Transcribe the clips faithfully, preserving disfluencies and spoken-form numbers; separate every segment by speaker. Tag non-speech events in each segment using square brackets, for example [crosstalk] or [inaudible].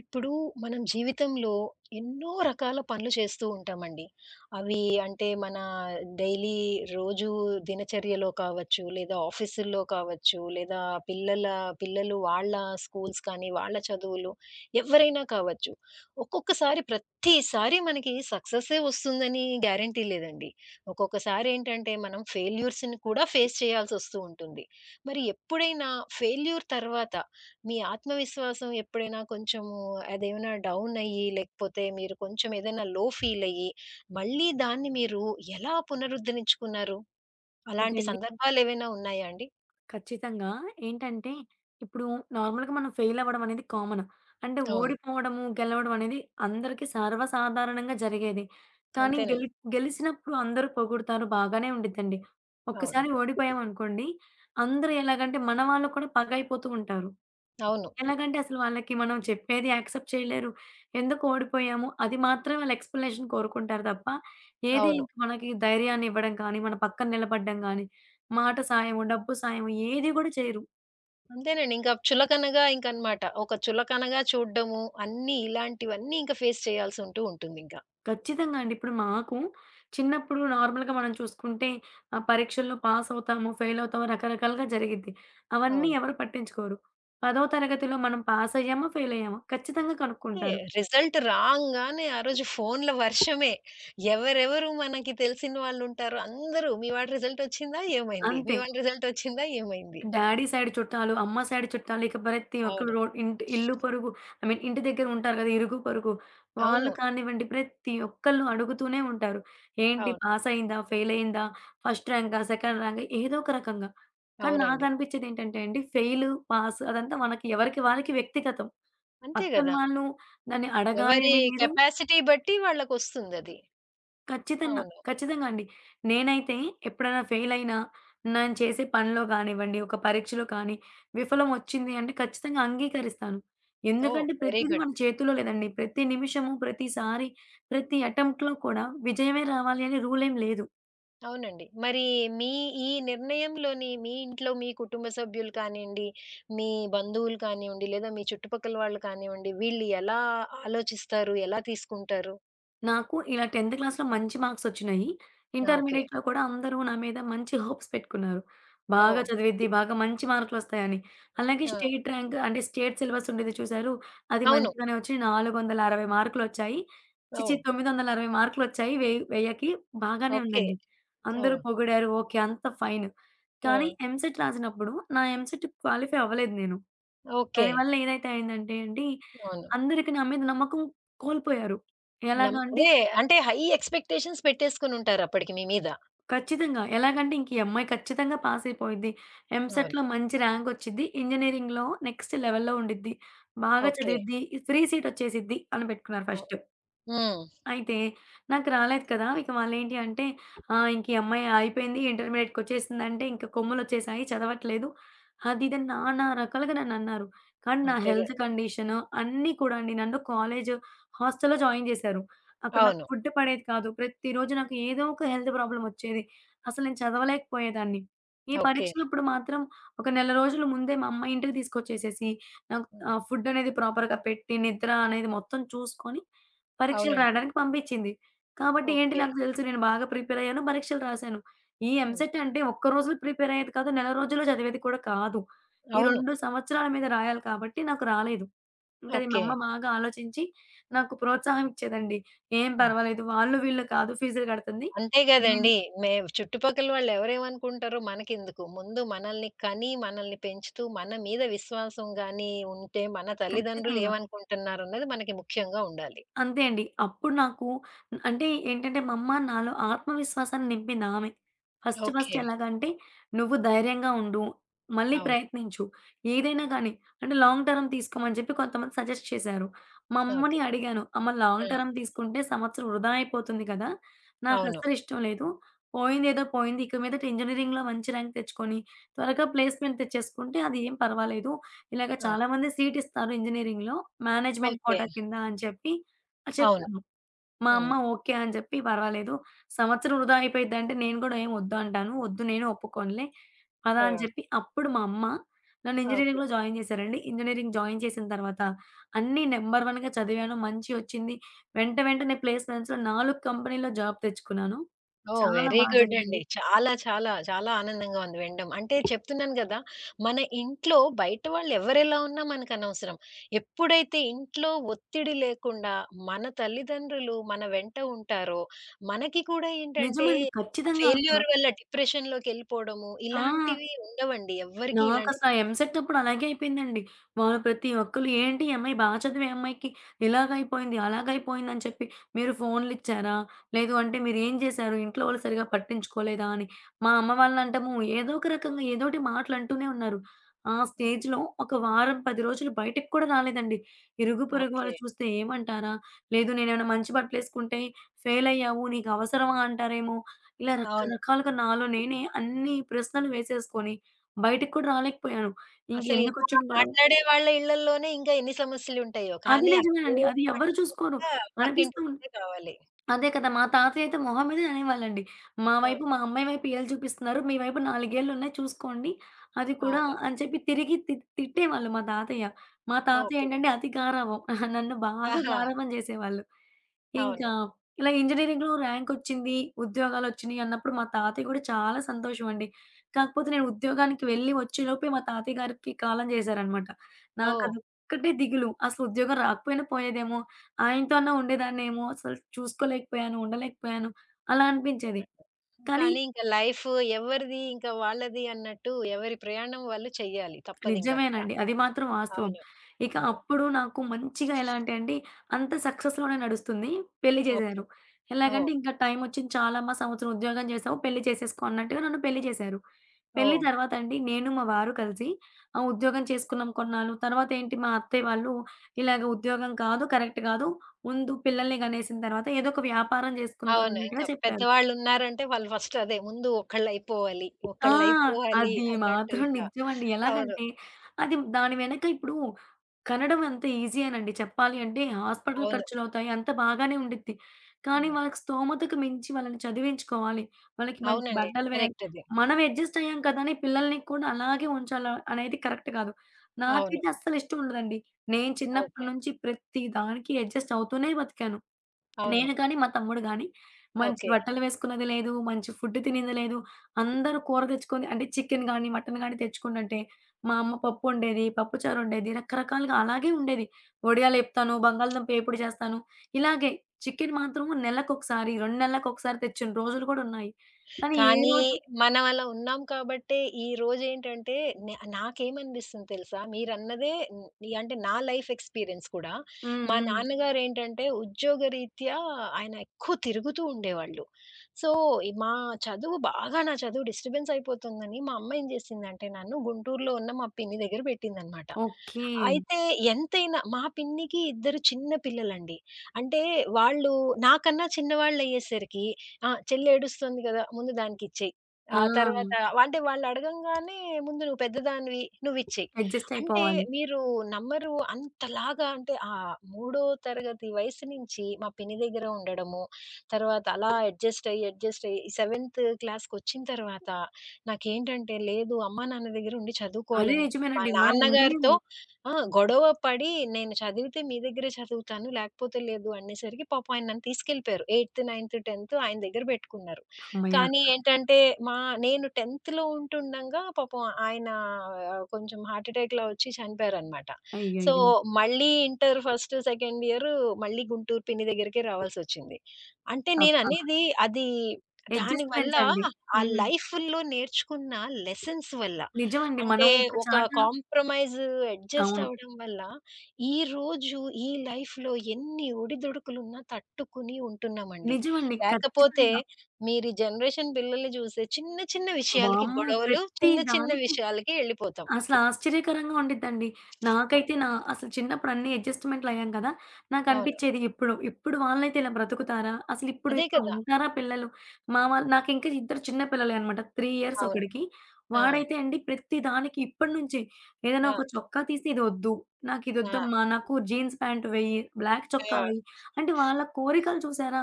Speaker 1: ఇప్పుడు మనం జీవితంలో ఎన్నో రకాల పనులు చేస్తూ ఉంటామండి. అవి అంటే మన డైలీ రోజు దినచర్యలో కావచ్చు, లేదా ఆఫీసుల్లో కావచ్చు, లేదా పిల్లల పిల్లలు వాళ్ళ స్కూల్స్ కానీ, వాళ్ళ చదువులు ఎవ్వరైనా కావచ్చు. ఒక్కొక్కసారి ప్రతిసారి మనకి సక్సెస్సే వస్తుందని గ్యారంటీ లేదండి. ఒక్కొక్కసారి ఏంటంటే మనం ఫెయిల్యూర్స్‌ని కూడా ఫేస్ చేయాల్సొస్తూ ఉంటుంది. మరి ఎప్పుడైనా ఫెయిల్యూర్ తర్వాత మీ ఆత్మవిశ్వాసం ఎప్పుడైనా కొంచెము అదేమైనా డౌన్ అయ్యి, లేకపోతే మీరు కొంచెం ఏదైనా లో ఫీల్ అయ్యి, మళ్ళీ దాన్ని మీరు ఎలా పునరుద్ధరించుకున్నారు? అలాంటి
Speaker 2: ఇదండి.
Speaker 1: సందర్భాలేవైనా ఉన్నాయా అండి?
Speaker 2: ఖచ్చితంగా. ఏంటంటే, ఇప్పుడు నార్మల్‌గా మనం ఫెయిల్ అవ్వడం అనేది కామన్. అంటే
Speaker 1: అవును.
Speaker 2: ఓడిపోవడము, గెలవడం అనేది అందరికీ సర్వసాధారణంగా జరిగేది. కానీ
Speaker 1: అంతేనండి.
Speaker 2: గెలి గెలిసినప్పుడు అందరూ పొగుడుతారు. బాగానే ఉండిద్దండి.
Speaker 1: అవును.
Speaker 2: ఒక్కసారి ఓడిపోయామనుకోండి, అందరూ ఎలాగంటే మన వాళ్ళు కూడా పగైపోతూ ఉంటారు.
Speaker 1: అవును.
Speaker 2: ఎలాగంటే అసలు వాళ్ళకి మనం చెప్పేది యాక్సెప్ట్ చేయలేరు. ఎందుకు ఓడిపోయాము అది మాత్రం వాళ్ళు ఎక్స్‌ప్లనేషన్ కోరుకుంటారు తప్ప, ఏది
Speaker 1: అవును.
Speaker 2: ఇంక మనకి ధైర్యాన్ని ఇవ్వడం కానీ, మన పక్కన నిలబడడం గానీ, మాట సాయము, డబ్బు సాయము ఏది గూడా చేయరు.
Speaker 1: అంతేనండి. ఇంకా చులకనగా ఇంకనమాట. ఒక చులకనగా చూడడము, అన్నీ ఇలాంటివన్నీ ఇంకా ఫేస్ చేయాల్సుంటూ ఉంటుందింకా.
Speaker 2: ఖచ్చితంగా అండి. ఇప్పుడు మాకు చిన్నప్పుడు నార్మల్‌గా మనం చూసుకుంటే ఆహ్, పరీక్షల్లో పాస్ అవుతాము, ఫెయిల్ అవుతాము రకరకాలుగా జరిగిద్ది. అవన్నీ
Speaker 1: అవును.
Speaker 2: ఎవరు పట్టించుకోరు. పదో తరగతిలో మనం పాస్ అయ్యామా? ఫెయిల్ అయ్యామా? ఖచ్చితంగా
Speaker 1: అంతే.
Speaker 2: కనుక్కుంటారు.
Speaker 1: రిజల్ట్ రాంగానే ఆ రోజు ఫోన్‌ల వర్షమే. ఎవరెవరు మనకి తెలిసిన వాళ్ళుంటారో అందరూ, "మీ వాడి రిజల్ట్ వచ్చిందా? ఏమైంది?
Speaker 2: అంతే.
Speaker 1: మీ వాడి రిజల్ట్ వచ్చిందా? ఏమైంది?"
Speaker 2: డ్యాడీ సైడ్ చుట్టాలు, అమ్మ సైడ్ చుట్టాలు ఇక ప్రతి ఒక్కళ్ళు
Speaker 1: అవును.
Speaker 2: రోడ్ ఇంటి ఇల్లు పొరుగు ఐ మీన్ ఇంటి దగ్గర ఉంటారు కదా! ఇరుగు పొరుగు. వాళ్ళు
Speaker 1: అవును.
Speaker 2: కానివ్వండి ప్రతి ఒక్కళ్ళు అడుగుతూనే ఉంటారు. ఏంటి
Speaker 1: అవును.
Speaker 2: పాస్ అయిందా? ఫెయిల్ అయిందా? ఫస్ట్ ర్యాంకా? సెకండ్ ర్యాంకా? ఏదో ఒక రకంగా. కానీ
Speaker 1: అవునండి.
Speaker 2: నాకనిపిచ్చేది ఏంటంటే అండి ఫెయిలు, పాస్ అదంతా మనకి ఎవరికి వాళ్ళకి వ్యక్తిగతం.
Speaker 1: అంతే
Speaker 2: పక్కన
Speaker 1: గదా!
Speaker 2: వాళ్ళు దాన్ని అడగాలి
Speaker 1: ఎవరి
Speaker 2: అని లేదు.
Speaker 1: కెపాసిటీ బట్టి వాళ్ళకొస్తుందది.
Speaker 2: ఖచ్చితంగా.
Speaker 1: అవును.
Speaker 2: ఖచ్చితంగా అండి. నేనైతే ఎప్పుడైనా ఫెయిల్ అయినా, నేను చేసే పనిలో కానివ్వండి, ఒక పరీక్షలో కానీ, విఫలం వచ్చింది అంటే ఖచ్చితంగా అంగీకరిస్తాను.
Speaker 1: ఓహ్!
Speaker 2: ఎందుకంటే
Speaker 1: వెరీ
Speaker 2: ప్రతీది
Speaker 1: గుడ్.
Speaker 2: మన చేతుల్లో లేదండి. ప్రతి నిమిషము, ప్రతిసారి, ప్రతి అటెంప్ట్‌లో కూడా విజయమే రావాలి అనే రూల్ ఏం లేదు.
Speaker 1: అవునండి. మరి మీ ఈ నిర్ణయంలోని మీ ఇంట్లో మీ కుటుంబ సభ్యులు కానియండి, మీ బంధువులు కానివ్వండి, లేదా మీ చుట్టుపక్కల వాళ్ళు కానివ్వండి, వీళ్ళు ఎలా ఆలోచిస్తారు? ఎలా తీసుకుంటారు?
Speaker 2: నాకు ఇలా 10థ్ క్లాస్‌లో మంచి మార్క్సొచ్చినాయి.
Speaker 1: ఆ! ఓకే.
Speaker 2: ఇంటర్మీడియేట్‌లో కూడా అందరూ నా మీద మంచి హోప్స్ పెట్టుకున్నారు. బాగా
Speaker 1: ఓహ్!
Speaker 2: చదివిద్ది, బాగా మంచి మార్కులొస్తాయని. అలాగే
Speaker 1: ఆ!
Speaker 2: స్టేట్ ర్యాంక్ అంటే స్టేట్ సిలబస్ ఉండేది చూసారు? అది
Speaker 1: అవును.
Speaker 2: మంచిగానే వచ్చి నాలుగు వందల అరవై మార్కులొచ్చాయి. ఛీఛీ!
Speaker 1: ఓహ్!
Speaker 2: తొమ్మిది వందల అరవై మార్కులొచ్చాయి వెయ్ 1000కి బాగానే
Speaker 1: ఓకే.
Speaker 2: ఉందండి. అందరూ
Speaker 1: ఓహ్!
Speaker 2: పొగిడారు. ఓకే. అంత ఫైన్.
Speaker 1: ఆ!
Speaker 2: కానీ ఎంసెట్ రాసినప్పుడు నా ఎంసెట్ క్వాలిఫై అవ్వలేదు నేను.
Speaker 1: ఓకే.
Speaker 2: దానివల్ల ఏదైతే అయిందంటే అండి,
Speaker 1: అవును.
Speaker 2: అందరికి నా మీద నమ్మకం కోల్పోయారు.
Speaker 1: నమ్
Speaker 2: ఎలాగా అంటే
Speaker 1: అదే అంటే హై ఎక్స్‌పెక్టేషన్స్ పెట్టేసుకొనుంటారు అప్పటికి మీ మీద.
Speaker 2: ఖచ్చితంగా. ఎలాగంటే ఇంక ఈ అమ్మాయి ఖచ్చితంగా పాసయిపోద్ది.
Speaker 1: అవును.
Speaker 2: ఎంసెట్‌లో మంచి ర్యాంకొచ్చిద్ది. ఇంజినీరింగ్‌లో నెక్స్ట్ లెవెల్‌లో ఉండిద్ది. బాగా
Speaker 1: ఓకే.
Speaker 2: చదివిద్ది. ఫ్రీ సీటొచ్చేసిద్ది అని పెట్టుకున్నారు
Speaker 1: అవ్
Speaker 2: ఫస్ట్.
Speaker 1: హ్మ్.
Speaker 2: అయితే నాకు రాలేదు కదా! ఇక వాళ్ళేంటి అంటే, ఆహ్, ఇంక ఈ అమ్మాయి అయిపోయింది. ఇంటర్మీడియేట్‌కొచ్చేసిందంటే ఇంక కొమ్ములొచ్చేసాయి. చదవట్లేదు. అది ఇదని నానా రకాలుగా నన్నన్నారు. కానీ నా
Speaker 1: అంతేగా
Speaker 2: హెల్త్ కండిషను అన్నీ కూడా అండి. నన్ను కాలేజు హాస్టల్‌లో జాయిన్ జేశారు. అక్కడ నాకు
Speaker 1: అవును.
Speaker 2: ఫుడ్ పడేది కాదు. ప్రతిరోజు నాకు ఏదో ఒక హెల్త్ ప్రాబ్లమొచ్చేది. అసలు నేను చదవలేకపోయేదాన్ని. ఈ
Speaker 1: ఓకే.
Speaker 2: పరీక్షలప్పుడు మాత్రం ఒక నెల రోజుల ముందే మా అమ్మ ఇంటికి తీసుకొచ్చేసేసి నాకు
Speaker 1: హ్మ్.
Speaker 2: ఆహ్, ఫుడ్ అనేది ప్రాపర్‌గా పెట్టి, నిద్ర అనేది మొత్తం చూసుకొని పరీక్షలు
Speaker 1: అవునండి.
Speaker 2: రాయడానికి పంపించింది. కాబట్టి ఏంటి
Speaker 1: ఓకే.
Speaker 2: నాకు తెలుసు నేను బాగా ప్రిపేర్ అయ్యాను. పరీక్షలు రాశాను. ఈ
Speaker 1: హ్మ్.
Speaker 2: ఎంసెట్ అంటే ఒక్క రోజులో ప్రిపేర్ అయ్యేది కాదు. నెల రోజుల్లో చదివేది కూడా కాదు. ఈ
Speaker 1: అవును.
Speaker 2: రెండు సంవత్సరాల మీద రాయాలి కాబట్టి నాకు రాలేదు. ఇంక అది మా
Speaker 1: ఓకే.
Speaker 2: అమ్మ బాగా ఆలోచించి నాకు ప్రోత్సాహం ఇచ్చేదండి. "ఏం
Speaker 1: అవును.
Speaker 2: పర్వాలేదు. వాళ్ళు వీళ్ళు కాదు ఫీజులు కడుతుంది.
Speaker 1: అంతే
Speaker 2: మేము"
Speaker 1: గదండీ! మే చుట్టుపక్కల వాళ్ళు ఎవరేమనుకుంటారో మనకెందుకు? ముందు మనల్ని కని, మనల్ని పెంచుతూ, మన మీద విశ్వాసం గాని ఉంటే, మన తల్లిదండ్రులు
Speaker 2: ఖచ్చితంగా.
Speaker 1: ఏమనుకుంటున్నారన్నది మనకి ముఖ్యంగా ఉండాలి.
Speaker 2: అంతే అండి. అప్పుడు నాకు అంటే ఏంటంటే మా అమ్మ నాలో ఆత్మవిశ్వాసాన్ని నింపింది ఆమె. First first
Speaker 1: okay.
Speaker 2: ఎలాగంటే, "నువ్వు ధైర్యంగా ఉండు. మళ్ళీ
Speaker 1: అవును.
Speaker 2: ప్రయత్నించు. ఏదైనా గానీ అంటే లాంగ్ టర్మ్ తీసుకోమని" చెప్పి కొంతమంది సజెస్ట్ చేశారు. మా అమ్మని
Speaker 1: ఓకే.
Speaker 2: అడిగాను, "అమ్మ లాంగ్
Speaker 1: ఆ!
Speaker 2: టర్మ్ తీసుకుంటే సంవత్సరం వృధా అయిపోతుంది కదా!
Speaker 1: అవును.
Speaker 2: నాకస్సలు ఇష్టం లేదు. పోయిందేదో పోయింది. ఇక మీదట ఇంజినీరింగ్‌లో మంచి ర్యాంక్ తెచ్చుకొని, త్వరగా ప్లేస్‌మెంట్ తెచ్చేసుకుంటే అది ఏం పర్వాలేదు. ఇలాగ
Speaker 1: ఆ!
Speaker 2: చాలామంది సీట్ ఇస్తారు ఇంజినీరింగ్‌లో మేనేజ్మెంట్
Speaker 1: ఓకే.
Speaker 2: కోటా కింద" అని చెప్పి ఆ!
Speaker 1: అవును.
Speaker 2: చెప్పాను. మా అమ్మ
Speaker 1: హ్మ్.
Speaker 2: ఓకే అని చెప్పి పర్వాలేదు. సంవత్సరం వృధా అయిపోయిద్దంటే నేను కూడా ఏం వద్దు అంటాను. వద్దు నేను ఒప్పుకోనులే. పదా
Speaker 1: ఆ!
Speaker 2: అని చెప్పి అప్పుడు మా అమ్మ నన్ను
Speaker 1: ఓకే.
Speaker 2: ఇంజినీరింగ్‌లో జాయిన్ చేశారండి. ఇంజినీరింగ్ జాయిన్ చేసిన తర్వాత అన్నీ నంబర్ వన్‌గా చదివాను. మంచిగొచ్చింది. వెంట వెంటనే ప్లేస్‌మెంట్స్‌లో నాలుగు కంపెనీల్లో జాబ్ తెచ్చుకున్నాను.
Speaker 1: ఓహ్!
Speaker 2: చాలా
Speaker 1: వెరీ
Speaker 2: బా
Speaker 1: గుడ్ అండి.
Speaker 2: జరిగింది.
Speaker 1: చాలా, చాలా, చాలా ఆనందంగా ఉంది వినడం. అంటే చెప్తున్నాను గదా! మన ఇంట్లో బయట వాళ్ళు ఎవరెలా ఉన్నా మనకనవసరం. ఎప్పుడైతే ఇంట్లో ఒత్తిడి లేకుండా మన తల్లిదండ్రులు మన వెంట ఉంటారో, మనకి కూడా ఏంటంటే
Speaker 2: నిజమండి. ఖచ్చితంగా అసల.
Speaker 1: ఫెయిల్యూర్ వల్ల డిప్రెషన్‌లోకెళ్ళిపోవడము
Speaker 2: ఆ!
Speaker 1: ఇలాంటివి ఉండవండి. ఎవ్వరికీ ఇలాంటి
Speaker 2: నాకసల ఆ ఎంసెట్ అప్పుడు అలాగే అయిపోయిందండి. వాళ్ళు ప్రతి ఒక్కళ్ళు ఏంటి ఈ అమ్మాయి బా చదివే అమ్మాయికి ఇలాగైపోయింది, అలాగైపోయింది అని చెప్పి మీరు ఫోన్‌లిచ్చారా? లేదు అంటే మీరేం చేశారు? ఇంట్లో వాళ్ళు సరిగ్గా పట్టించుకోలేదా అని. మా అమ్మ వాళ్ళనంటాము ఏదో ఒక రకంగా ఏదోటి మాటలంటూనే ఉన్నారు. ఆ స్టేజ్‌లో ఒక వారం, పది రోజులు బయటికి కూడా రాలేదండి. ఇరుగు పొరుగు
Speaker 1: ఓకే.
Speaker 2: వాళ్ళు చూస్తే ఏమంటారా? లేదు నేనేమైనా మంచి బట్టలేసుకుంటే ఫెయిల్ అయ్యావు నీకు అవసరమా అంటారేమో. ఇలా
Speaker 1: అవును.
Speaker 2: రకరకాలుగా నాలో నేనే అన్ని ప్రశ్నలు వేసేసుకొని బయటికి కూడా రాలేకపోయాను.
Speaker 1: అసలు ఇలా
Speaker 2: ఇంకెందుకొచ్చిన గొడవ.
Speaker 1: మాట్లాడే వాళ్ళ ఇళ్ళల్లోనే ఇంకా ఎన్ని సమస్యలుంటాయో.
Speaker 2: అది
Speaker 1: కానీ అవేం
Speaker 2: నిజమేనండి. అది ఎవ్వరు చూసుకోరు.
Speaker 1: పట్టించుకోకుండా
Speaker 2: అనిపిస్తూ
Speaker 1: పక్కింటి
Speaker 2: ఉం
Speaker 1: వాళ్ళే కావాలి.
Speaker 2: అదే కదా! మా తాతయ్య అయితే మొహం మీదే అనేవాళ్ళండి. మా
Speaker 1: ఆ!
Speaker 2: వైపు మా అమ్మాయి వైపు ఏళ్ళు చూపిస్తున్నారు. మీ వైపు నాలుగేళ్లున్నాయి చూసుకోండి. అది కూడా
Speaker 1: అవును.
Speaker 2: అని చెప్పి తిరిగి తి తిట్టేవాళ్ళు మా తాతయ్య. మా తాతయ్య
Speaker 1: ఓకే.
Speaker 2: ఏంటంటే అతి గారాబం. [laughs] నన్ను బాగా
Speaker 1: ఆహా!
Speaker 2: గారాబం చేసేవాళ్ళు. ఇంకా
Speaker 1: అవును.
Speaker 2: ఇలా ఇంజినీరింగ్‌లో ర్యాంకొచ్చింది, ఉద్యోగాలొచ్చినియి అన్నప్పుడు మా తాతయ్య గూడా చాలా సంతోషమండి. కాకపోతే నేను ఉద్యోగానికి వెళ్ళి వచ్చేలోపే మా తాతయ్య గారికి కాలం చేశారనమాట.
Speaker 1: ఓహ్!
Speaker 2: నాకదొక్కటే దిగులు. అసలు ఉద్యోగం రాకపోయినా పోయేదేమో! ఆయనతో అన్నా ఉండేదాన్నేమో! అసలు చూసుకోలేకపోయాను, ఉండలేకపోయాను అలా అనిపించేది.
Speaker 1: అవునండి.
Speaker 2: కానీ
Speaker 1: కానీ ఇంక లైఫ్ ఎవరిది ఇంకా వాళ్ళది అన్నట్టు ఎవరి ప్రయాణం వాళ్ళు చెయ్యాలి. తప్పదింకక్కడ.
Speaker 2: నిజమేనండి. అది మాత్రం వాస్తవం.
Speaker 1: అవును.
Speaker 2: ఇక
Speaker 1: హ్మ్.
Speaker 2: అప్పుడు నాకు మంచిగా ఎలా అంటే అండి, అంత సక్సెస్‌లోనే నడుస్తుంది. పెళ్లి
Speaker 1: ఓకే.
Speaker 2: చేశారు.
Speaker 1: ఓహ్!
Speaker 2: ఎలాగంటే ఇంకా టైమొచ్చింది చాలమ్మా! సంవత్సరం ఉద్యోగం చేసావు. పెళ్లి చేసేసుకో అన్నట్టుగా నన్ను పెళ్లి చేశారు. పెళ్లి
Speaker 1: ఓహ్!
Speaker 2: తర్వాత అండి నేను, మా వారు కలిసి ఆ ఉద్యోగం చేసుకున్నాం కొన్నాళ్ళు. తర్వాత ఏంటి మా అత్తయ్య వాళ్ళు ఇలాగ ఉద్యోగం కాదు, కరెక్ట్ కాదు. ముందు పిల్లల్ని కనేసిన తర్వాత ఏదో ఒక వ్యాపారం చేసుకుందువు
Speaker 1: అవును.
Speaker 2: అన్నట్టుగా
Speaker 1: ఇంకా
Speaker 2: చెప్పారు.
Speaker 1: పెద్దవాళ్ళున్నారంటే వాళ్ళు ఫస్ట్ అదే ముందు ఒకళ్ళైపోవాలి.
Speaker 2: ఆ!
Speaker 1: ఒకళ్ళైపోవాలి
Speaker 2: అది
Speaker 1: అన్నట్టు
Speaker 2: మాత్రం
Speaker 1: ఇంకా.
Speaker 2: నిజమండి.
Speaker 1: అవును.
Speaker 2: ఎలాగంటే అది దాని వెనక ఇప్పుడు కనడం అంత ఈజీయేనండి చెప్పాలి అంటే. హాస్పిటల్
Speaker 1: అవును.
Speaker 2: ఖర్చులవుతాయి. అంతా బాగానే ఉండిద్ది. కానీ
Speaker 1: హ్మ్.
Speaker 2: వాళ్ళకి స్తోమతకు మించి వాళ్ళని చదివించుకోవాలి. వాళ్ళకి మంచి
Speaker 1: అవునండి.
Speaker 2: బట్టలు వేయాలి.
Speaker 1: కరెక్టది.
Speaker 2: మనం అడ్జస్ట్ అయ్యాం కదా! అని పిల్లల్ని కూడా అలాగే ఉంచాల అనేది కరెక్ట్ కాదు.
Speaker 1: అవును.
Speaker 2: నాకైతే అస్సలు ఇష్టం ఉండదండి. నేను
Speaker 1: ఓకే.
Speaker 2: చిన్నప్పటి నుంచి ప్రతి దానికి అడ్జస్ట్ అవుతూనే బతికాను.
Speaker 1: అవును.
Speaker 2: నేను గాని, మా తమ్ముడు గాని మంచి
Speaker 1: ఓకే.
Speaker 2: బట్టలు వేసుకున్నది లేదు. మంచి ఫుడ్ తినింది లేదు. అందరూ కూర తెచ్చుకొని అంటే చికెన్ గాని, మటన్ గాని తెచ్చుకుండంటే మా అమ్మ పప్పు వండేది. పప్పుచారు వండేది. రకరకాలుగా అలాగే ఉండేది. వడియాలు ఏపుతాను, బంగాళదుంప ఏపుడు చేస్తాను. ఇలాగే చికెన్ మాత్రం నెలకొకసారి, రెండు నెలలకొకసారి తెచ్చిన రోజులు కూడా ఉన్నాయి. కానీ ఏ
Speaker 1: కానీ
Speaker 2: రోజు
Speaker 1: మనం అలా ఉన్నాం కాబట్టే ఈరోజేంటంటే నే నాకేమనిపిస్తుంది తెలుసా? మీరన్నదే హ్మ్, అంటే నా లైఫ్ ఎక్స్‌పీరియన్స్ కూడా.
Speaker 2: హ్మ్.
Speaker 1: మా
Speaker 2: హ్మ్.
Speaker 1: నాన్నగారేంటంటే ఉద్యోగరీత్యా ఆయన ఎక్కువ తిరుగుతూ ఉండేవాళ్ళు. సో, ఈ మా చదువు బాగా నా చదువు డిస్టర్బెన్స్ అయిపోతుందని మా అమ్మ ఏం జేసిందంటే నన్ను గుంటూరులో ఉన్న మా పిన్ని దగ్గర పెట్టిందనమాట.
Speaker 2: ఓకే.
Speaker 1: అయితే ఎంతైనా మా పిన్నికి ఇద్దరు చిన్న పిల్లలండి. అంటే వాళ్ళు నాకన్నా చిన్నవాళ్ళయ్యేసరికి, ఆ! చెల్లేడుస్తుంది గదా! ముందు దానికిచ్చేయి.
Speaker 2: ఆ!
Speaker 1: ఆ తర్వాత అంటే వాళ్ళడగంగానే, ముందు నువ్వు పెద్దదానివి నువ్విచ్చేయి.
Speaker 2: అడ్జస్ట్
Speaker 1: అంటే
Speaker 2: అయిపోవాలి.
Speaker 1: మీరు నమ్మరు అంతలాగా అంటే ఆహ్, మూడో తరగతి వయసు నుంచి మా పిన్ని దగ్గర ఉండడము, తర్వాత అలా అడ్జస్ట్ అయ్యి, అడ్జస్ట్ అయ్యి ఈ సెవెంత్ క్లాస్‌కొచ్చిన తర్వాత నాకేంటంటే లేదు అమ్మా, నాన్న దగ్గర ఉండి
Speaker 2: అదే
Speaker 1: చదువుకోవాలని మా
Speaker 2: నిజమేనండి. మనం
Speaker 1: నాన్నగారితో
Speaker 2: ఉండలేము.
Speaker 1: ఆ! గొడవ పడి నేను చదివితే మీ దగ్గరే చదువుతాను, లేకపోతే లేదు అనేసరికి పాపం ఆయన నన్ను తీసుకెళ్ళిపోయారు. ఎయిత్, నైన్త్, పదో ఆయన దగ్గర పెట్టుకున్నారు.
Speaker 2: హమ్మయ్య!
Speaker 1: కానీ ఏంటంటే మా నేను పదోలో ఉంటుండగా పాపం ఆయన ఆహ్, కొంచెం హార్ట్ ఎటాక్‌లా వచ్చి చనిపోయారనమాట. సో,
Speaker 2: అయ్యయ్యో!
Speaker 1: మళ్ళీ ఇంటర్ ఫస్ట్, సెకండ్ ఇయర్ మళ్ళీ గుంటూరు పిన్ని దగ్గరికే రావాల్సొచ్చింది. అంటే
Speaker 2: అబ్బా!
Speaker 1: నేననేది అది దానివల్ల
Speaker 2: అడ్జస్ట్‌మెంట్స్ అండి.
Speaker 1: ఆ
Speaker 2: హ్మ్.
Speaker 1: లైఫ్‌లో నేర్చుకున్న లెసన్స్ వల్ల.
Speaker 2: నిజమండి.
Speaker 1: అంటే
Speaker 2: మనం ఒక
Speaker 1: ఒక
Speaker 2: చాట
Speaker 1: కాంప్రమైజ్ అడ్జస్ట్
Speaker 2: అవును.
Speaker 1: అవ్వడం వల్ల, ఈరోజు ఈ లైఫ్‌లో ఎన్ని ఒడిదుడుకులున్నా తట్టుకుని ఉంటున్నామండి.
Speaker 2: నిజమండి.
Speaker 1: లేకపోతే
Speaker 2: ఖచ్చితంగా.
Speaker 1: మీరు జనరేషన్ పిల్లల్ని చూస్తే చిన్న చిన్న విషయాలకి
Speaker 2: వామ్మో!
Speaker 1: గొడవలు,
Speaker 2: ప్రతి
Speaker 1: చిన్న చిన్న
Speaker 2: దానికి
Speaker 1: విషయాలకి ఎళ్ళిపోతాం.
Speaker 2: అసలు ఆశ్చర్యకరంగా ఉండిద్దండి. నాకైతే నా
Speaker 1: అవును.
Speaker 2: అసలు చిన్నప్పుడు అన్ని అడ్జస్ట్‌మెంట్‌లయ్యాం కదా!
Speaker 1: అవును.
Speaker 2: నాకనిపిచ్చేది ఇప్పుడు, ఇప్పుడు వాళ్ళైతే ఇలా బ్రతుకుతారా? అసలు ఇప్పుడు
Speaker 1: అదే
Speaker 2: ఇట్లా
Speaker 1: కదా!
Speaker 2: ఉంటారా పిల్లలు? మా వాళ్ళు నాకింకా ఇద్దరు చిన్న పిల్లలే అనమాట. మూడు ఇయర్స్
Speaker 1: అవును.
Speaker 2: ఒకడికి.
Speaker 1: ఆ!
Speaker 2: వాడైతే అండి ప్రతి దానికి ఇప్పటి నుంచే ఏదైనా
Speaker 1: ఆ!
Speaker 2: ఒక చొక్కా తీసి ఇదొద్దు.
Speaker 1: ఆ!
Speaker 2: నాకిదొద్దమ్మా. నాకు జీన్స్ ప్యాంట్ వెయ్యి. బ్లాక్ చొక్కా
Speaker 1: ఆ!
Speaker 2: వెయ్యి. అంటే వాళ్ళ కోరికలు చూసారా?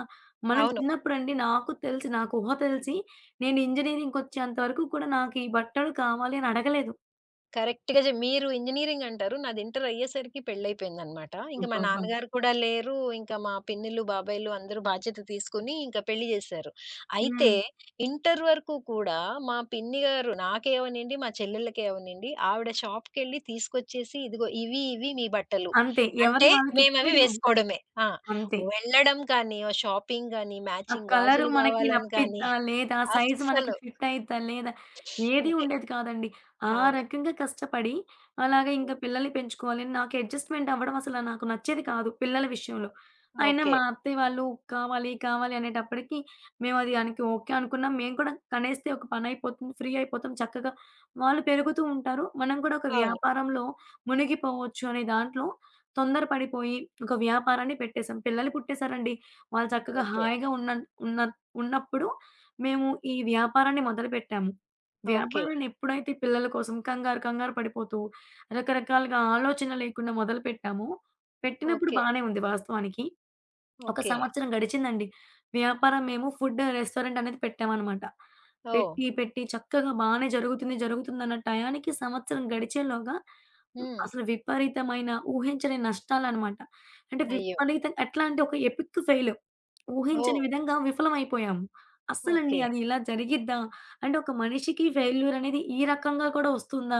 Speaker 2: మనం
Speaker 1: అవును.
Speaker 2: చిన్నప్పుడండి నాకు తెలిసి నాకు ఊహ తెలిసి నేను ఇంజినీరింగ్‌కొచ్చేంత వరకు కూడా నాకు ఈ బట్టలు కావాలి అని అడగలేదు.
Speaker 1: కరెక్ట్‌గా జె మీరు ఇంజినీరింగ్ అంటారు. నాది ఇంటర్ అయ్యేసరికి పెళ్లయిపోయిందనమాట. ఇంక మా
Speaker 2: అబ్బబ్బా!
Speaker 1: నాన్నగారు కూడా లేరు. ఇంకా మా పిన్నిలు, బాబాయిలు అందరూ బాధ్యత తీసుకొని ఇంక పెళ్లి జేశారు. అయితే
Speaker 2: హ్మ్.
Speaker 1: ఇంటర్ వరకు కూడా మా పిన్ని గారు నాకే అవనండి, మా చెల్లెళ్ళకే అవనండి ఆవిడ షాప్‌కెళ్ళి తీసుకొచ్చేసి ఇదిగో ఇవి, ఇవి మీ బట్టలు.
Speaker 2: అంతే.
Speaker 1: అంటే
Speaker 2: ఎవరియి
Speaker 1: మేమవి
Speaker 2: వాళ్ళకిచ్చేయడమే.
Speaker 1: వేసుకోవడమే. ఆ!
Speaker 2: అంతే.
Speaker 1: వెళ్ళడం కానీ, ఓ షాపింగ్ గాని,
Speaker 2: ఆ
Speaker 1: మ్యాచింగ్
Speaker 2: కలరు
Speaker 1: గాజులు
Speaker 2: మనకి
Speaker 1: గావాలని కానీ
Speaker 2: నప్పిద్దా? లేదా? సైజు మనకి
Speaker 1: అస్సలు.
Speaker 2: ఫిట్ అయిద్దా? లేదా? ఏది
Speaker 1: అంతే.
Speaker 2: ఉండేది కాదండి. ఆ
Speaker 1: అవును.
Speaker 2: రకంగా కష్టపడి అలాగే ఇంకా
Speaker 1: హ్మ్.
Speaker 2: పిల్లల్ని పెంచుకోవాలి. నాకు అడ్జస్ట్‌మెంట్ అవ్వడం అసల నాకు నచ్చేది కాదు పిల్లల
Speaker 1: ఆ!
Speaker 2: విషయంలో. అయినా
Speaker 1: ఓకే.
Speaker 2: మా అత్తయ్య వాళ్ళు కావాలి, కావాలి అనేటప్పటికి మేము అది దానికి ఓకే అనుకున్నాం. మేము కూడా కనేస్తే ఒక పని అయిపోతుంది. ఫ్రీ అయిపోతాం చక్కగా. వాళ్ళు పెరుగుతూ ఉంటారు. మనం కూడా ఒక
Speaker 1: అవును.
Speaker 2: వ్యాపారంలో మునిగిపోవచ్చు అనే దాంట్లో తొందర పడిపోయి ఒక వ్యాపారాన్ని పెట్టేసాం. పిల్లలు పుట్టేసారండి. వాళ్ళు చక్కగా
Speaker 1: ఓకే.
Speaker 2: హాయిగా ఉన్న ఉన్న ఉన్నప్పుడు మేము ఈ వ్యాపారాన్ని మొదలుపెట్టాము.
Speaker 1: ఓకే.
Speaker 2: వ్యాపారాన్ని ఎప్పుడైతే పిల్లల కోసం కంగారు, కంగారు పడిపోతూ రకరకాలుగా ఆలోచన లేకుండా మొదలుపెట్టామో, పెట్టినప్పుడు
Speaker 1: ఓకే.
Speaker 2: బానే ఉంది వాస్తవానికి. ఒక
Speaker 1: ఓకే.
Speaker 2: సంవత్సరం గడిచిందండి. వ్యాపారం మేము ఫుడ్ రెస్టారెంట్ అనేది పెట్టామనమాట.
Speaker 1: ఓహ్!
Speaker 2: పెట్టి, పెట్టి చక్కగా బానే జరుగుతుంది, జరుగుతుందన్న టయానికి సంవత్సరం గడిచేలోగా
Speaker 1: హ్మ్.
Speaker 2: అసలు విపరీతమైన ఊహించని నష్టాలనమాట. అంటే
Speaker 1: అయ్యో!
Speaker 2: విపరీతంగా ఎట్లా అంటే ఒక ఎపిక్ ఫెయిల్. ఊహించని
Speaker 1: ఓహ్!
Speaker 2: విధంగా విఫలమైపోయాము. అస్సలండి
Speaker 1: ఓకే.
Speaker 2: అది ఇలా జరిగిద్దా? అంటే ఒక మనిషికి ఫెయిల్యూర్ అనేది ఈ రకంగా కూడా వస్తుందా?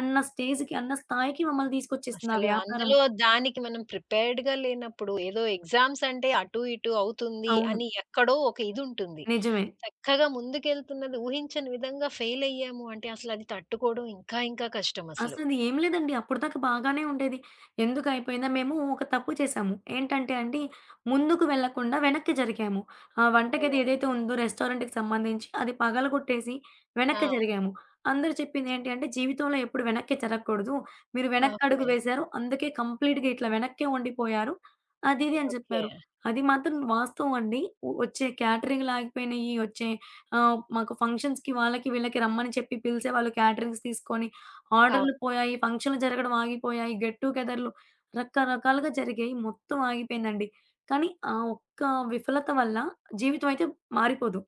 Speaker 2: అన్న స్టేజ్‌కి, అన్న స్థాయికి మమ్మల్ని తీసుకొచ్చేసింది ఆ
Speaker 1: అసలు
Speaker 2: వ్యాపారము.
Speaker 1: అందులో దానికి మనం ప్రిపేర్డ్‌గా లేనప్పుడు ఏదో ఎగ్జామ్స్ అంటే అటు ఇటు అవుతుంది
Speaker 2: అవును.
Speaker 1: అని ఎక్కడో ఒక ఇదుంటుంది.
Speaker 2: నిజమే.
Speaker 1: చక్కగా ముందుకెళ్తున్నది ఊహించని విధంగా ఫెయిల్ అయ్యాము అంటే అసలు అది తట్టుకోవడం ఇంకా ఇంకా కష్టం అసలు.
Speaker 2: అసలు ఏం లేదండి. అప్పటిదాకా బాగానే ఉండేది. ఎందుకయిపోయిందా మేము ఒక తప్పు చేశాము. ఏంటంటే అండి, ముందుకు వెళ్ళకుండా వెనక్కి జరిగాము. ఆ వంటగది
Speaker 1: ఓహ్!
Speaker 2: ఏదైతే ఉందో రెస్టారెంట్‌కి సంబంధించి అది పగలగొట్టేసి వెనక్కి
Speaker 1: ఆ!
Speaker 2: జరిగాము. అందరూ చెప్పింది ఏంటి అంటే, "జీవితంలో ఎప్పుడు వెనక్కి జరగకూడదు. మీరు వెనక్కడుగు
Speaker 1: ఓకే.
Speaker 2: వేశారు. అందుకే కంప్లీట్‌గా ఇట్లా వెనక్కే ఉండిపోయారు." అది ఇది అని
Speaker 1: ఓకే.
Speaker 2: చెప్పారు. అది మాత్రం వాస్తవం అండి. ఒ వచ్చే క్యాటరింగ్‌లాగిపోయినయి. వచ్చే ఆహ్, మాకు ఫంక్షన్స్‌కి వాళ్ళకి వీళ్ళకి రమ్మని చెప్పి పిలిసేవాళ్ళు క్యాటరింగ్స్ తీసుకొని
Speaker 1: అవును.
Speaker 2: ఆర్డర్‌లు పోయాయి. ఫంక్షన్‌లు జరగడం ఆగిపోయాయి. గెట్ టుగెదర్‌లు రకరకాలుగా జరిగాయి. మొత్తం ఆగిపోయిందండి. కానీ ఆ ఒక్క విఫలత వల్ల జీవితం అయితే మారిపోదు.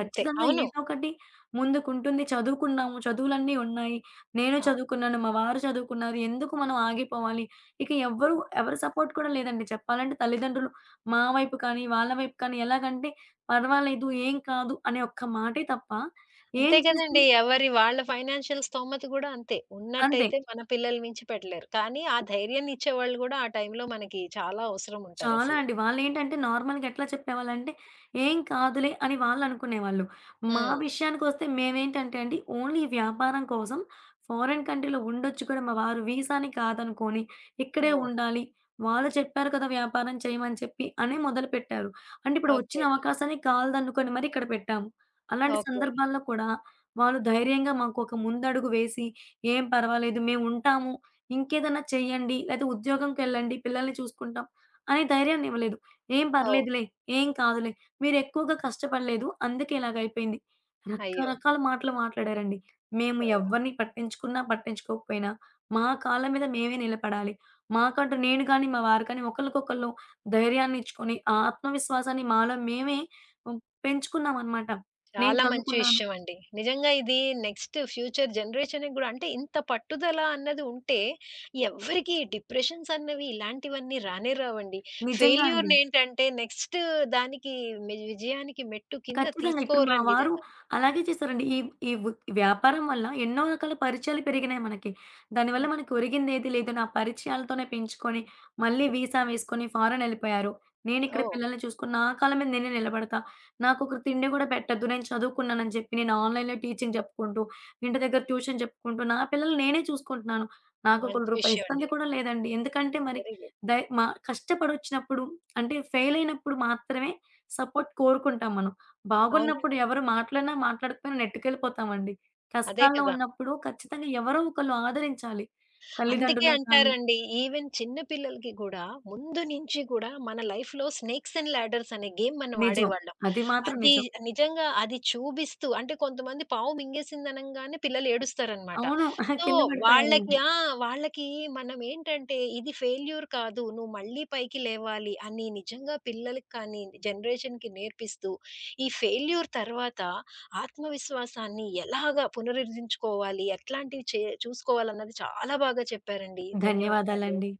Speaker 1: అంతే. అవును.
Speaker 2: ఏదో ఒకటి ముందుకుంటుంది. చదువుకున్నాము. చదువులన్నీ ఉన్నాయి. నేను
Speaker 1: అవును.
Speaker 2: చదువుకున్నాను. మా వారు చదువుకున్నారు. ఎందుకు మనం ఆగిపోవాలి? ఇక ఎవ్వరు ఎవరి సపోర్ట్ కూడా లేదండి చెప్పాలంటే తల్లిదండ్రులు మా వైపు కానీ, వాళ్ళ వైపు కానీ ఎలాగంటే పర్వాలేదు, ఏం కాదు అనే ఒక్క మాటే తప్ప ఏం
Speaker 1: అంతే
Speaker 2: చేసి
Speaker 1: కదండీ. ఎవరి వాళ్ళ ఫైనాన్షియల్ స్తోమత గూడా అంతే.
Speaker 2: అంతే.
Speaker 1: ఉన్నట్టయితే మన పిల్లలు మించి పెట్టలేరు. కానీ ఆ ధైర్యాన్ని ఇచ్చేవాళ్ళు గూడా ఆ టైంలో మనకి చాలా అవసరం
Speaker 2: చాలా
Speaker 1: ఉంటారసలు.
Speaker 2: అండి. వాళ్ళేంటంటే నార్మల్‌గా ఎట్లా చెప్పేవాళ్ళంటే, "ఏం కాదులే" అని వాళ్ళనుకునేవాళ్ళు. మా
Speaker 1: హ్మ్.
Speaker 2: విషయానికొస్తే మేమేంటంటే అండి, ఓన్లీ వ్యాపారం కోసం ఫారిన్ కంట్రీలో ఉండొచ్చు కూడా మా వారు వీసాని కాదనుకోని, ఇక్కడే
Speaker 1: ఓహ్!
Speaker 2: ఉండాలి. వాళ్ళు చెప్పారు కదా! వ్యాపారం చేయమని చెప్పి అనే మొదలుపెట్టారు. అంటే ఇప్పుడు వచ్చిన
Speaker 1: ఓకే.
Speaker 2: అవకాశాన్ని కాదనుకోని మరి ఇక్కడ పెట్టాము. అలాంటి
Speaker 1: ఓకే.
Speaker 2: సందర్భాల్లో కూడా వాళ్ళు ధైర్యంగా మాకొక ముందడుగు వేసి, "ఏం పర్వాలేదు మేముంటాము. ఇంకేదన్నా చేయండి. లేతే ఉద్యోగంకెళ్ళండి. పిల్లల్ని చూసుకుంటాం." అనే ధైర్యాన్ని ఇవ్వలేదు. "ఏం
Speaker 1: ఓహ్!
Speaker 2: పర్లేదులే, ఏం కాదులే, మీరెక్కువగా కష్టపడలేదు. అందుకే ఇలాగయిపోయింది."
Speaker 1: అయ్యో!
Speaker 2: రకరకాల మాటలు మాట్లాడారండి. మేము
Speaker 1: ఓహ్!
Speaker 2: ఎవ్వరిని పట్టించుకున్నా, పట్టించుకోకపోయినా మా కాళ్ళ మీద మేమే నిలబడాలి. మాకంటూ నేను గాని, మా వారు కానీ ఒకళ్ళకొకళ్ళు ధైర్యాన్ని ఇచ్చుకొని, ఆ ఆత్మవిశ్వాసాన్ని మాలో మేమే హ్మ్, పెంచుకున్నామనమాట. నేను
Speaker 1: చాలా మంచి
Speaker 2: చదువుకున్నాను.
Speaker 1: విషయం అండి. నిజంగా ఇది నెక్స్ట్ ఫ్యూచర్ జనరేషన్‌కి గూడా అంటే ఇంత పట్టుదల అన్నది ఉంటే ఎవ్వరికీ డిప్రెషన్స్ అన్నవి ఇలాంటివన్నీ రానే రావండి.
Speaker 2: నిజంగా అండి.
Speaker 1: ఫెయిల్యూర్‌నేంటంటే నెక్స్ట్ దానికి మి విజయానికి మెట్టు కింద
Speaker 2: ఖచ్చితంగా. ఇప్పుడు మా
Speaker 1: తీసుకోరండి
Speaker 2: వారు
Speaker 1: జనాలు.
Speaker 2: అలాగే చేశారండి. ఈ ఈ వ్ వ్యాపారం వల్ల ఎన్నో రకాల పరిచయాలు పెరిగినాయి మనకి. దానివల్ల
Speaker 1: ఓకే.
Speaker 2: మనకు ఒరిగిందేది లేదని ఆ పరిచయాలతోనే పెంచుకొని, మళ్ళీ వీసా వేసుకొని ఫారెన్ ఎళ్ళిపోయారు. నేనిక్కడ
Speaker 1: ఓహ్!
Speaker 2: పిల్లల్ని చూసుకొని, నా కాళ్ళ మీద నేనే నిలబడతా. నాకొకరు తిండి గూడా పెట్టొద్దు. నేను చదువుకున్నానని చెప్పి, నేను ఆన్‌లైన్‌లో టీచింగ్ చెప్పుకుంటూ, ఇంటి దగ్గర ట్యూషన్ చెప్పుకుంటూ, నా పిల్లల్ని నేనే చూసుకుంటున్నాను. నాకొకళ్ళు
Speaker 1: మంచి
Speaker 2: రూపాయి
Speaker 1: విషయం
Speaker 2: ఇస్తుంది
Speaker 1: అండి.
Speaker 2: కూడా లేదండి. ఎందుకంటే మరి
Speaker 1: వెరీ గుడ్.
Speaker 2: దై మా కష్టపడొచ్చినప్పుడు అంటే ఫెయిల్ అయినప్పుడు మాత్రమే సపోర్ట్ కోరుకుంటాం మనం. బాగున్నప్పుడు
Speaker 1: అవునండి.
Speaker 2: ఎవరు మాట్లాడినా, మాట్లాడకపోయినా నెట్టుకెళ్ళిపోతామండి.
Speaker 1: అదే
Speaker 2: కష్టాల్లో
Speaker 1: కదా!
Speaker 2: ఉన్నప్పుడు ఖచ్చితంగా ఎవరో ఒకళ్ళు ఆదరించాలి.
Speaker 1: అందుకే
Speaker 2: తల్లిదండ్రులే కానీ
Speaker 1: అంటారండి ఈవెన్ చిన్న పిల్లలకి గూడా ముందు నుంచి గూడా మన లైఫ్‌లో స్నేక్స్ అండ్ లాడర్స్ అనే గేమ్ మనం
Speaker 2: నిజం.
Speaker 1: ఆడేవాళ్ళం.
Speaker 2: అది మాత్రం
Speaker 1: అది
Speaker 2: నిజం.
Speaker 1: నిజంగా అది చూపిస్తూ అంటే కొంతమంది పావు మింగేసిందనంగానే పిల్లలు ఏడుస్తారనమాట.
Speaker 2: అవును. [laughs]
Speaker 1: సో,
Speaker 2: కింద
Speaker 1: వాళ్ళకి
Speaker 2: పడిపోయారంతే.
Speaker 1: ఆ! వాళ్ళకి మనమేంటంటే ఇది ఫెయిల్యూర్ కాదు. నువ్వు మళ్ళీ పైకి లేవాలి అని నిజంగా పిల్లలకి కానీ, జనరేషన్‌కి నేర్పిస్తూ, ఈ ఫెయిల్యూర్ తర్వాత ఆత్మవిశ్వాసాన్ని ఎలాగా పునరుద్ధరించుకోవాలి, ఎట్లాంటివి చే చూసుకోవాలన్నది చాలా బాగా చెప్పారండి. ధన్యవాదాలు.
Speaker 2: ధన్యవాదాలండి.